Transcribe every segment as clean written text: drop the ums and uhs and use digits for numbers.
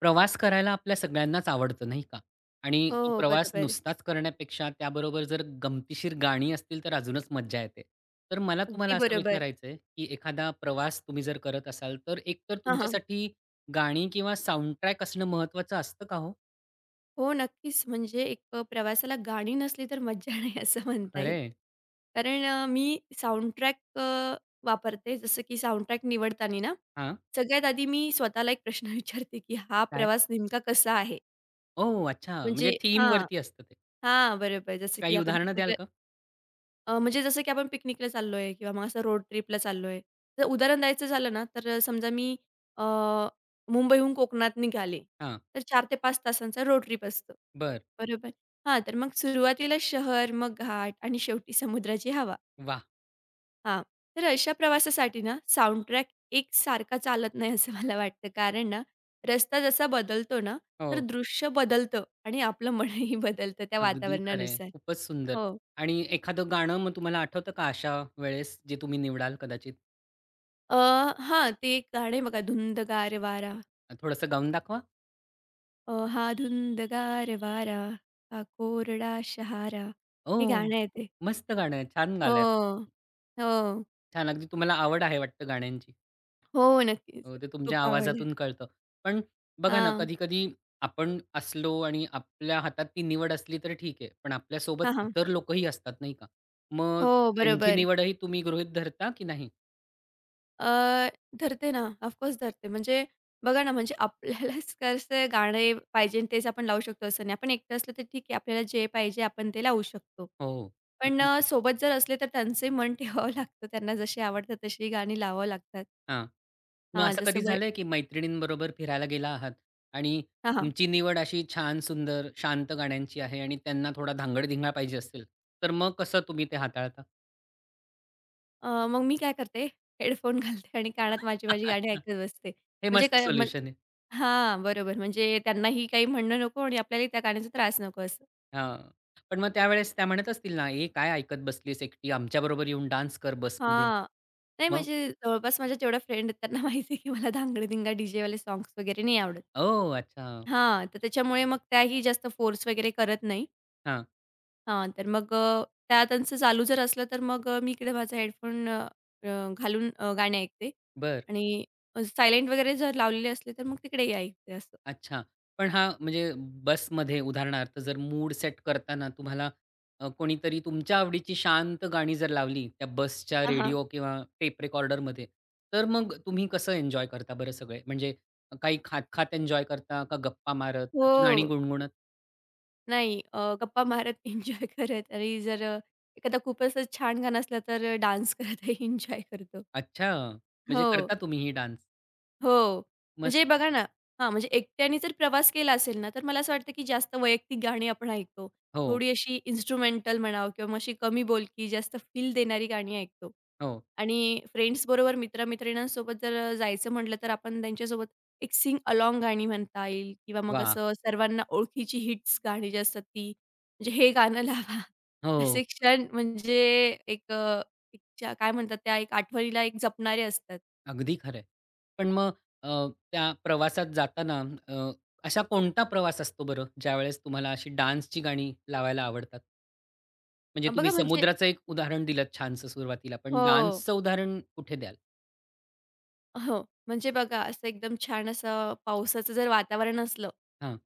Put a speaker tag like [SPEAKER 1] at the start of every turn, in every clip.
[SPEAKER 1] प्रवास करायला आपल्या सगळ्यांनाच आवडतं, नाही का? आणि तो
[SPEAKER 2] हो,
[SPEAKER 1] प्रवास
[SPEAKER 2] बरोबर.
[SPEAKER 1] नुसताच करण्यापेक्षा त्याबरोबर जर गमतीशीर गाणी असतील, तर अजूनच मज्जा येते. तर मला तुम्हाला
[SPEAKER 2] अगदी
[SPEAKER 1] असं
[SPEAKER 2] बरोबर.
[SPEAKER 1] विचारायचं आहे, की एखादा प्रवास तुम्ही जर करत असाल, तर एकतर
[SPEAKER 2] हां, हां.
[SPEAKER 1] तुमच्यासाठी गाणी किंवा साउंडट्रॅक असणं महत्त्वाचं असतं का हो?
[SPEAKER 2] हो, नक्कीच. म्हणजे एक प्रवासाला गाणी नसली तर मज्जा नाही असं म्हणता येईल.
[SPEAKER 1] खरं
[SPEAKER 2] कारण मी साउंडट्रॅक वापरते. जसं की साउंडट्रॅक निवडताना ना,
[SPEAKER 1] हां,
[SPEAKER 2] सगळ्यात आधी मी स्वतःला एक प्रश्न विचारते, की हा
[SPEAKER 1] काय?
[SPEAKER 2] प्रवास नेमका कसा आहे?
[SPEAKER 1] ओह! अच्छा, म्हणजे
[SPEAKER 2] म्हणजे हां,
[SPEAKER 1] थीमवरती असतं ते.
[SPEAKER 2] हां, बरोबर. जसं की
[SPEAKER 1] काही
[SPEAKER 2] आपण
[SPEAKER 1] उदाहरणं द्याल
[SPEAKER 2] पिकनिकला
[SPEAKER 1] का?
[SPEAKER 2] म्हणजे जसं की आपण पिकनिकला चाललोय किंवा मग असं रोड ट्रिपला चाललोय. तर उदाहरण द्यायचं झालं ना, तर समजा मी अ, मुंबईहून कोकणात निघाले,
[SPEAKER 1] हां,
[SPEAKER 2] तर 4 ते 5 तासांचा रोड ट्रिप असतो.
[SPEAKER 1] बरं.
[SPEAKER 2] बरोबर? हां, तर मग सुरुवातीला शहर, मग घाट आणि शेवटी समुद्राची हवा.
[SPEAKER 1] वाह!
[SPEAKER 2] हां, तर अशा प्रवासासाठी ना साउंडट्रॅक एकसारखा चालत नाही असं मला वाटतं. कारण ना, रस्ता जसा बदलतो ना, तर
[SPEAKER 1] हो,
[SPEAKER 2] दृश्य बदलतं आणि आपलं मनही बदलतं त्या
[SPEAKER 1] अगदी खरं
[SPEAKER 2] वातावरणानुसार.
[SPEAKER 1] खूपच सुंदर.
[SPEAKER 2] हो.
[SPEAKER 1] आणि एखादं गाणं मग तुम्हाला आठवतं का अशा वेळेस, जे तुम्ही निवडाल कदाचित?
[SPEAKER 2] अ, हां, ते एक गाणं आहे बघा, धुंदगार वारा.
[SPEAKER 1] थोडंसं गाऊन दाखवा.
[SPEAKER 2] हा धुंदगार वारा, हा कोरडा शहारा.
[SPEAKER 1] ओ
[SPEAKER 2] हे गाणं आहे ते.
[SPEAKER 1] मस्त गाणं आहे. छान
[SPEAKER 2] हो,
[SPEAKER 1] गायलात.
[SPEAKER 2] हो,
[SPEAKER 1] छान अगदी तुम्हाला आवड आहे वाटतं गाण्यांची.
[SPEAKER 2] हो, नक्कीच.
[SPEAKER 1] ते
[SPEAKER 2] खूप
[SPEAKER 1] तुमच्या
[SPEAKER 2] आवडलं.
[SPEAKER 1] आवाजातून कळतं. पण बघा ना,
[SPEAKER 2] हां,
[SPEAKER 1] कधी-कधी आपण असलो आणि आपल्या हातात ती निवड असली तर ठीक आहे. पण आपल्यासोबत
[SPEAKER 2] हां, हां.
[SPEAKER 1] इतर लोकही असतात नाही का? मग
[SPEAKER 2] हो,
[SPEAKER 1] त्यांची
[SPEAKER 2] बरोबर.
[SPEAKER 1] निवडही तुम्ही गृहीत धरता की नाही?
[SPEAKER 2] अ, धरते ना, ऑफ धरते. म्हणजे बघा ना, म्हणजे आपल्यालाच कसं गाणे पाहिजे आणि तेच आपण लावू शकतो असं नाही. आपण एकटं असलं तर ठीक आहे, आपल्याला जे पाहिजे आपण ते लावू शकतो.
[SPEAKER 1] हो,
[SPEAKER 2] पण
[SPEAKER 1] अगदी खरं.
[SPEAKER 2] सोबत जर असले तर त्यांचे मन ठेवावं लागतं. त्यांना जशी आवडतात तशी गाणी लावावं लागतात.
[SPEAKER 1] हां. मग
[SPEAKER 2] हां,
[SPEAKER 1] असं कधी
[SPEAKER 2] जसं वय
[SPEAKER 1] झालंय की मैत्रिणींबरोबर फिरायला गेला आहात आणि
[SPEAKER 2] हां, हां.
[SPEAKER 1] तुमची निवड अशी छान, सुंदर, शांत गाण्यांची आहे आणि त्यांना थोडा धांगड-धिंगा पाहिजे असेल, तर मग कसं तुम्ही ते हाताळता?
[SPEAKER 2] मग मी काय करते हेडफोन घालते आणि कानात माझी माझी गाणी
[SPEAKER 1] अच्छा.
[SPEAKER 2] ऐकत बसते.
[SPEAKER 1] हे
[SPEAKER 2] म्हणजे
[SPEAKER 1] मस्त
[SPEAKER 2] काय म
[SPEAKER 1] सोल्युशन आहे.
[SPEAKER 2] हां, बरोबर. म्हणजे त्यांनाही काही म्हणणं नको आणि आपल्यालाही त्या गाण्याचा त्रास नको असं.
[SPEAKER 1] हां. पण मग त्यावेळेस त्या म्हणत असतील ना, "ए, काय ऐकत बसलीस एकटी? आमच्याबरोबर येऊन डान्स कर बसमध्ये."
[SPEAKER 2] हां. नाही
[SPEAKER 1] मग?
[SPEAKER 2] म्हणजे जवळपास माझ्या जेवढ्या फ्रेंड आहेत त्यांना माहिती आहे की मला धांगडधिंगा, डीजेवाले सॉन्ग्स वगैरे नाही आवडत.
[SPEAKER 1] ओह! अच्छा.
[SPEAKER 2] हां, तर त्याच्यामुळे मग त्याही जास्त फोर्स वगैरे करत नाही.
[SPEAKER 1] हां.
[SPEAKER 2] हां, तर मग त्या त्यांचं चालू जर असलं, तर मग मी इकडे माझा हेडफोन अ, अ, घालून गाणे ऐकते
[SPEAKER 1] बरं.
[SPEAKER 2] आणि सायलेंट वगैरे जर लावलेले असले, तर मग तिकडेही ऐकते असं.
[SPEAKER 1] अच्छा. पण हा म्हणजे बसमध्ये उदाहरणार्थ जर मूड सेट करताना तुम्हाला कोणीतरी तुमच्या आवडीची शांत गाणी जर लावली त्या बसच्या
[SPEAKER 2] हां, हां.
[SPEAKER 1] रेडिओ किंवा टेप रेकॉर्डरमध्ये, तर मग तुम्ही कसं एन्जॉय करता बरं सगळे? म्हणजे काही खात-खात एन्जॉय करता का गप्पा मारत, का ती गाणी
[SPEAKER 2] हो.
[SPEAKER 1] गुणगुणत?
[SPEAKER 2] नाही गप्पा मारत एन्जॉय करत आणि जर एखादा खूपच छान गाणं असलं, तर डान्स करतही एन्जॉय करतो.
[SPEAKER 1] अच्छा. म्हणजे
[SPEAKER 2] हो.
[SPEAKER 1] करता तुम्ही ही डान्स.
[SPEAKER 2] हो.
[SPEAKER 1] मस्त.
[SPEAKER 2] म्हणजे बघा ना हां, म्हणजे एकट्याने जर प्रवास केला असेल ना, तर मला असं वाटतं की जास्त वैयक्तिक गाणी आपण ऐकतो.
[SPEAKER 1] हो,
[SPEAKER 2] थोडी अशी इन्स्ट्रुमेंटल म्हणावं किंवा मग अशी कमी बोलकी, जास्त फील देणारी गाणी ऐकतो.
[SPEAKER 1] हो.
[SPEAKER 2] आणि फ्रेंड्सबरोबर, मित्र-मैत्रिणींसोबत जर जायचं म्हटलं, तर आपण त्यांच्यासोबत एक सिंग अलाँग गाणी म्हणता येईल किंवा मग
[SPEAKER 1] वाह!
[SPEAKER 2] असं सर्वांना ओळखीची हिट्स गाणी जी असतात ती, म्हणजे हे गाणं लावा.
[SPEAKER 1] हो.
[SPEAKER 2] असे क्षण म्हणजे एक एक काय म्हणतात त्या एक आठवणीला एक जपणारे असतात.
[SPEAKER 1] अगदी खरं आहे. पण मग अ, त्या प्रवासात जाताना अ, असा कोणता प्रवास असतो बरं, ज्यावेळेस तुम्हाला अशी डान्सची गाणी लावायला आवडतात? म्हणजे तुम्ही
[SPEAKER 2] बघा म्हणजे
[SPEAKER 1] समुद्राचं एक उदाहरण दिलंत छानसं सुरुवातीला, पण
[SPEAKER 2] हो.
[SPEAKER 1] डान्सचं उदाहरण कुठे द्याल?
[SPEAKER 2] हो. म्हणजे बघा असं एकदम छान असं पावसाचं जर वातावरण असलं,
[SPEAKER 1] हां.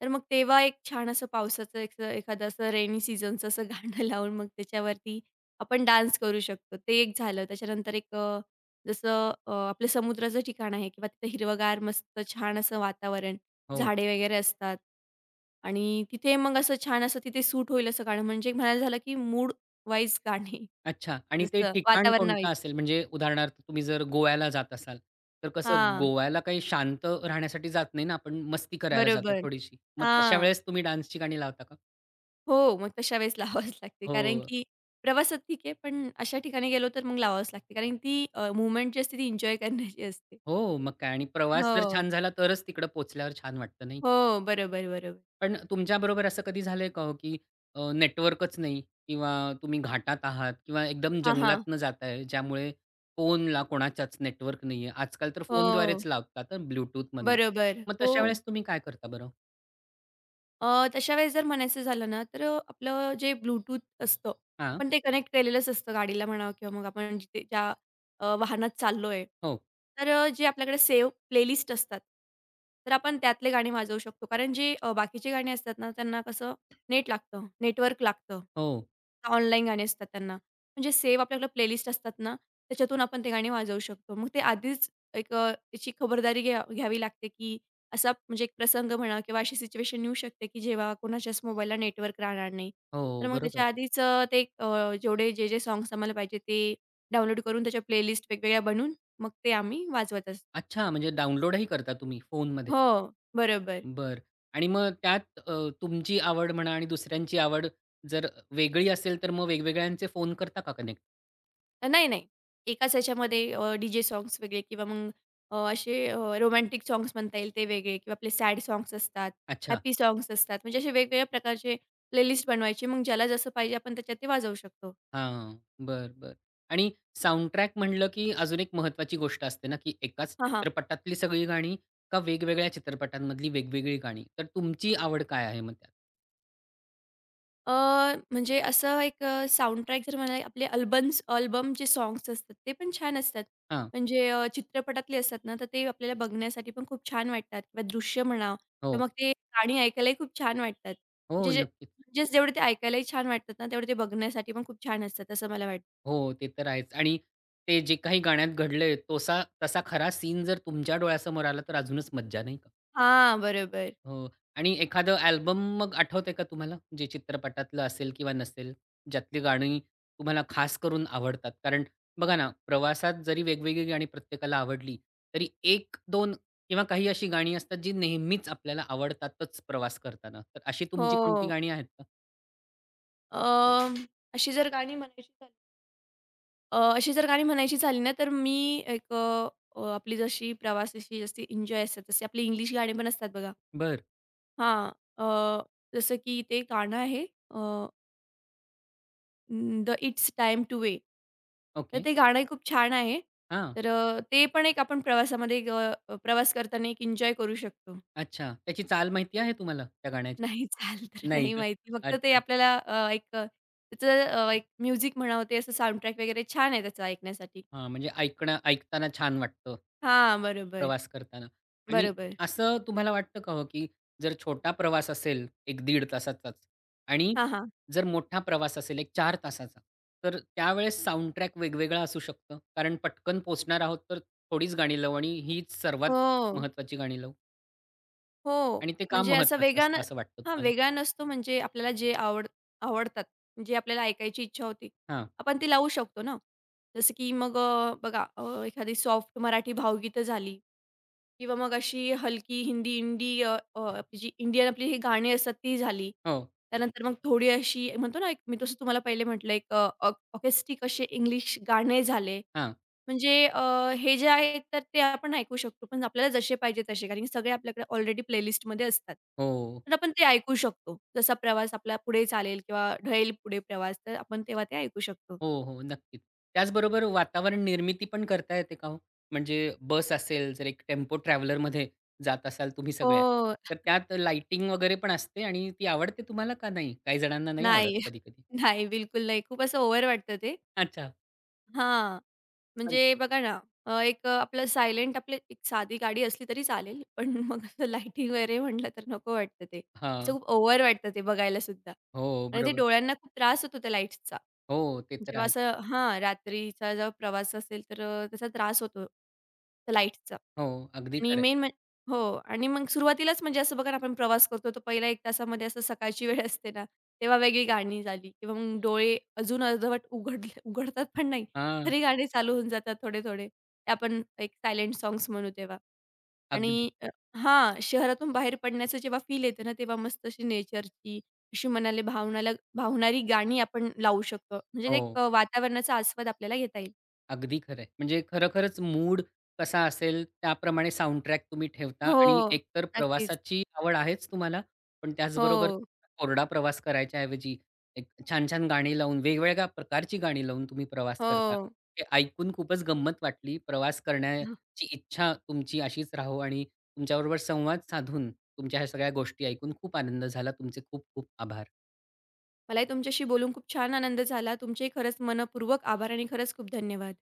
[SPEAKER 2] तर मग तेव्हा एक छान असं पावसाचं एक एखादं असं रेनी सीझनचं असं गाणं लावून मग त्याच्यावरती आपण डान्स करू शकतो. ते एक झालं. त्याच्यानंतर एक जसं आपलं समुद्राचं ठिकाण आहे किंवा तिथं हिरवंगार मस्त छान असं वातावरण,
[SPEAKER 1] हो.
[SPEAKER 2] झाडे वगैरे असतात आणि तिथे मग असं छान असं तिथे सूट होईल असं गाणं म्हणजे एक म्हणायला झालं, की मूड वाईज गाणे.
[SPEAKER 1] अच्छा. आणि ते
[SPEAKER 2] जसं
[SPEAKER 1] ठिकाण कोणतं
[SPEAKER 2] वातावरणावाईज.
[SPEAKER 1] असेल? म्हणजे उदाहरणार्थ तुम्ही जर गोव्याला जात असाल, तर कसं
[SPEAKER 2] हां.
[SPEAKER 1] गोव्याला काही शांत राहण्यासाठी जात नाही ना आपण, मस्ती करायला जातो
[SPEAKER 2] बरोबर.
[SPEAKER 1] थोडीशी. मग तशा
[SPEAKER 2] हां.
[SPEAKER 1] वेळेस तुम्ही डान्सची गाणी लावता का?
[SPEAKER 2] हो, मग तशा वेळेस लावावीच लागते. कारण
[SPEAKER 1] हो.
[SPEAKER 2] की प्रवासात ठीक आहे, पण अशा ठिकाणी गेलो तर मग लावावीच लागते. कारण ती मूव्हमेंट जी असते ती एन्जॉय करण्याची असते.
[SPEAKER 1] हो, मग काय आणि प्रवास जर
[SPEAKER 2] हो.
[SPEAKER 1] छान झाला तरच तिकडं पोहोचल्यावर छान वाटतं, नाही?
[SPEAKER 2] हो, बरोबर, बरोबर.
[SPEAKER 1] पण तुमच्याबरोबर असं कधी झालंय का हो, की नेटवर्कच नाही किंवा तुम्ही घाटात आहात किंवा एकदम
[SPEAKER 2] हां, हां.
[SPEAKER 1] जंगलातनं जाताय, ज्यामुळे फोनला कोणाच्याच नेटवर्क नाहीये. आजकाल तर
[SPEAKER 2] हो,
[SPEAKER 1] फोनद्वारेच लावतात हं, ब्लूटूथमधनं.
[SPEAKER 2] बरोबर.
[SPEAKER 1] मग
[SPEAKER 2] हो.
[SPEAKER 1] तशा वेळेस तुम्ही काय करता बरं?
[SPEAKER 2] तशा वेळेस जर म्हणायचं झालं ना, तर आपलं जे Bluetooth असतं,
[SPEAKER 1] हां.
[SPEAKER 2] आपण ते कनेक्ट केलेलंच असतं गाडीला म्हणा किंवा मग आपण जिथे ज्या वाहनात चाललोय.
[SPEAKER 1] हो,
[SPEAKER 2] तर जे आपल्याकडे सेव्ह प्लेलिस्ट असतात, तर आपण त्यातले गाणे वाजवू शकतो. कारण जे बाकीचे गाणे असतात ना, त्यांना कसं नेट लागतं, नेटवर्क लागतं.
[SPEAKER 1] हो,
[SPEAKER 2] ऑनलाईन गाणी असतात त्यांना. म्हणजे सेव्ह आपल्याकडे प्लेलिस्ट असतात ना, त्याच्यातून आपण ते गाणे वाजवू शकतो. मग ते आधीच एक त्याची खबरदारी घ्यावी लागते, की असा म्हणजे एक प्रसंग म्हणा किंवा अशी सिच्युएशन येऊ शकते, की जेव्हा कोणाच्याच मोबाईलला नेटवर्क राहणार नाही. तर
[SPEAKER 1] हो,
[SPEAKER 2] मग
[SPEAKER 1] बरोबर.
[SPEAKER 2] त्याच्या आधीच ते जेवढे जे सॉन्ग्स आम्हाला पाहिजे ते डाउनलोड करून त्याच्या प्लेलिस्ट वेगवेगळ्या बनवून मग ते आम्ही वाजवत असतो.
[SPEAKER 1] अच्छा, म्हणजे डाउनलोडही करता तुम्ही फोनमध्ये?
[SPEAKER 2] हो, बरोबर.
[SPEAKER 1] बरं. आणि मग त्यात तुमची आवड म्हणा आणि दुसऱ्यांची आवड जर वेगळी असेल, तर मग वेगवेगळ्यांचे फोन करता का कनेक्ट?
[SPEAKER 2] नाही, नाही. एकाच ह्याच्यामध्ये डी वेगळे किंवा मग असे रोमॅन्टिक सॉन्ग्स म्हणता येईल ते वेगळे किंवा आपले सॅड सॉन्ग्स असतात,
[SPEAKER 1] अच्छा.
[SPEAKER 2] हॅपी सॉन्ग्स असतात. म्हणजे असे वेगवेगळ्या प्रकारचे प्लेलिस्ट बनवायची. मग ज्याला जसं पाहिजे आपण त्याच्यात ते वाजवू शकतो.
[SPEAKER 1] हां. बर बर आणि साउंडट्रॅक म्हणलं की अजून एक महत्वाची गोष्ट असते ना, की एकाच
[SPEAKER 2] हां, हां.
[SPEAKER 1] चित्रपटातली सगळी गाणी का वेगवेगळ्या चित्रपटांमधली वेगवेगळी गाणी? तर तुमची आवड काय आहे मग त्यात?
[SPEAKER 2] अ, म्हणजे असं एक साउंडट्रॅक जर म्हणाले आपले अल्बम्स अल्बमचे साँग्स असतात ते पण छान असतात.
[SPEAKER 1] हां.
[SPEAKER 2] म्हणजे चित्रपटातले असतात ना, तर ते आपल्याला बघण्यासाठी पण खूप छान वाटतात किंवा दृश्य म्हणा
[SPEAKER 1] हो.
[SPEAKER 2] किंवा मग ते गाणी ऐकायलाही खूप छान वाटतात.
[SPEAKER 1] हो,
[SPEAKER 2] म्हणजे जे
[SPEAKER 1] नक्कीच.
[SPEAKER 2] म्हणजेच जेवढे ते ऐकायलाही छान वाटतात ना, तेवढे ते बघण्यासाठी पण खूप छान असतात असं मला वाटतं.
[SPEAKER 1] हो, ते तर आहेच. आणि ते जे काही गाण्यात घडलंय तोसा तसा खरा सीन जर तुमच्या डोळ्यासमोर आला, तर अजूनच मज्जा, नाही का?
[SPEAKER 2] हां, बरोबर.
[SPEAKER 1] हो. आणि एखादं अल्बम मग आठवतंय का तुम्हाला? जे चित्रपटातलं असेल किंवा नसेल, ज्यातली गाणी तुम्हाला खास करून आवडतात? कारण बघा ना, प्रवासात जरी वेगवेगळी गाणी प्रत्येकाला आवडली, तरी एक दोन किंवा काही अशी गाणी असतात, जी नेहमीच आपल्याला आवडतातच प्रवास करताना. तर अशी तुमची कोणती
[SPEAKER 2] हो.
[SPEAKER 1] गाणी आहेत का?
[SPEAKER 2] अ, अशी जर गाणी म्हणायची झाली अ, अशी जर गाणी म्हणायची झाली ना, तर मी एक आपली जशी प्रवासाची जशी एन्जॉय असतात, तशी आपली इंग्लिश गाणी पण असतात बघा.
[SPEAKER 1] बरं.
[SPEAKER 2] हां. अ, जसं की ते गाणं आहे uh, the it's time to way. तर
[SPEAKER 1] ओके.
[SPEAKER 2] ते गाणंही खूप छान आहे.
[SPEAKER 1] हां.
[SPEAKER 2] तर ते पण एक आपण प्रवासामध्ये एक प्रवास करताना एक एन्जॉय करू शकतो.
[SPEAKER 1] अच्छा. त्याची चाल माहिती आहे तुम्हाला त्या गाण्याची?
[SPEAKER 2] नाही चाल तर
[SPEAKER 1] नाही
[SPEAKER 2] नाही
[SPEAKER 1] का?
[SPEAKER 2] माहिती. फक्त ते
[SPEAKER 1] अच्छा.
[SPEAKER 2] आपल्याला एक त्याचं एक म्युझिक म्हणावं ते असं साउंडट्रॅक वगैरे छान आहे त्याचा ऐकण्यासाठी.
[SPEAKER 1] हां, म्हणजे ऐकणं ऐकताना छान वाटतं,
[SPEAKER 2] हां, बरोबर.
[SPEAKER 1] प्रवास करताना. आणि
[SPEAKER 2] बरोबर.
[SPEAKER 1] असं तुम्हाला वाटतं का हो, की जर छोटा प्रवास असेल एक 15 तासाचाच आणि
[SPEAKER 2] हां, हां.
[SPEAKER 1] जर मोठा प्रवास असेल एक 4 तासाचा, तर त्यावेळेस साउंडट्रॅक वेगवेगळा असू शकतं? कारण पटकन पोहोचणार आहोत, तर थोडीच गाणी लावू आणि हीच सर्वात
[SPEAKER 2] हो.
[SPEAKER 1] महत्त्वाची गाणी लावू
[SPEAKER 2] हो.
[SPEAKER 1] आणि ते का
[SPEAKER 2] म्हणजे असा
[SPEAKER 1] महत्त्वाचं
[SPEAKER 2] वेगानं
[SPEAKER 1] असतं असं वाटतं
[SPEAKER 2] हां,
[SPEAKER 1] तुम्हाला?
[SPEAKER 2] वेगानं नसतो म्हणजे आपल्याला जे आवडतात, जे आपल्याला ऐकायची इच्छा होती,
[SPEAKER 1] हां.
[SPEAKER 2] आपण ती लावू शकतो ना. जसं की मग बघा एखादी सॉफ्ट मराठी भावगीतं झाली किंवा मग अशी हलकी हिंदी, इंडी अ, अ, आपली जी इंडियन आपली ही गाणी असतात ती झाली.
[SPEAKER 1] हो.
[SPEAKER 2] त्यानंतर मग थोडी अशी म्हणतो ना, एक मी तसं तुम्हाला पहिले म्हटलं एक ऑकेस्टिक असे इंग्लिश गाणे झाले.
[SPEAKER 1] हां.
[SPEAKER 2] म्हणजे हे जे आहे तर ते आपण ऐकू शकतो. पण आपल्याला जसे पाहिजे तसे, कारण की सगळे आपल्याकडे ऑलरेडी प्लेलिस्टमध्ये असतात.
[SPEAKER 1] हो.
[SPEAKER 2] तर आपण ते ऐकू शकतो. जसा प्रवास आपला पुढे चालेल किंवा ढळेल पुढे प्रवास, तर आपण तेव्हा ते ऐकू शकतो.
[SPEAKER 1] हो, हो. नक्कीच. त्याचबरोबर वातावरण निर्मिती पण करता येते का हो? म्हणजे बस असेल, जर एक टेम्पो ट्रॅव्हलरमध्ये जात असाल तुम्ही सगळे,
[SPEAKER 2] हो.
[SPEAKER 1] तर त्यात लाइटिंग वगैरे पण असते आणि ती आवडते तुम्हाला का नाही? काही जणांना नाही आवडत
[SPEAKER 2] नाही.
[SPEAKER 1] कधी-कधी.
[SPEAKER 2] नाही, बिलकुल नाही. खूप असं ओव्हर वाटतं ते.
[SPEAKER 1] अच्छा.
[SPEAKER 2] हां.
[SPEAKER 1] पण
[SPEAKER 2] म्हणजे बघा ना, एक आपलं सायलेंट आपली एक साधी गाडी असली तरी चालेल. पण मग असं लाइटिंग वगैरे म्हटलं तर नको वाटतं ते. असं
[SPEAKER 1] हां.
[SPEAKER 2] खूप ओव्हर वाटतं ते बघायला सुद्धा
[SPEAKER 1] हो,
[SPEAKER 2] आणि ते
[SPEAKER 1] बरोबर.
[SPEAKER 2] डोळ्यांना खूप त्रास होतो त्या लाईट्सचा.
[SPEAKER 1] हो, ते तर
[SPEAKER 2] जेव्हा
[SPEAKER 1] आहेत.
[SPEAKER 2] असं हां, रात्रीचा जेव्हा प्रवास असेल तर त्याचा त्रास होतो, लाईटचा
[SPEAKER 1] हो, अगदी
[SPEAKER 2] आणि
[SPEAKER 1] खरं
[SPEAKER 2] मेन
[SPEAKER 1] आहे.
[SPEAKER 2] म्हण हो आणि मग सुरुवातीलाच म्हणजे असं बघा ना, आपण प्रवास करतो तो पहिल्या एक तासामध्ये असं सकाळची वेळ असते ना, तेव्हा वेगळी गाणी झाली किंवा मग डोळे अजून अर्धवट उघडतात पण नाही, तरी गाणी चालू होऊन जातात थोडे-थोडे. ते आपण एक सायलेंट सॉन्ग्स म्हणू तेव्हा. आणि
[SPEAKER 1] अगदी.
[SPEAKER 2] हां, शहरातून बाहेर पडण्याचं जेव्हा फील येतं ना, तेव्हा मस्त अशी नेचरची, अशी मनाला भावनाला भावणारी गाणी आपण लावू शकतो. म्हणजे ते एक
[SPEAKER 1] हो.
[SPEAKER 2] वातावरणाचा आस्वाद आपल्याला घेता येईल.
[SPEAKER 1] अगदी खरं आहे. म्हणजे खरोखरच मूड कसा असेल त्याप्रमाणे साउंडट्रॅक तुम्ही ठेवता
[SPEAKER 2] हो,
[SPEAKER 1] आणि एकतर
[SPEAKER 2] नक्कीच.
[SPEAKER 1] प्रवासाची आवड आहेच तुम्हाला, पण त्याचबरोबर
[SPEAKER 2] हो,
[SPEAKER 1] कोरडा प्रवास करायच्या ऐवजी एक छान-छान गाणी लावून, वेगवेगळ्या प्रकारची गाणी लावून तुम्ही प्रवास करता.
[SPEAKER 2] हो.
[SPEAKER 1] हे ऐकून खूपच गंमत वाटली. प्रवास करण्याची इच्छा तुमची अशीच राहो आणि तुमच्याबरोबर संवाद साधून तुमच्या ह्या सगळ्या गोष्टी ऐकून खूप आनंद झाला. तुमचे खूप खूप आभार.
[SPEAKER 2] मलाही तुमच्याशी बोलून खूप छान आनंद झाला. तुमचेही खरंच मनःपूर्वक आभार आणि खरंच खूप धन्यवाद.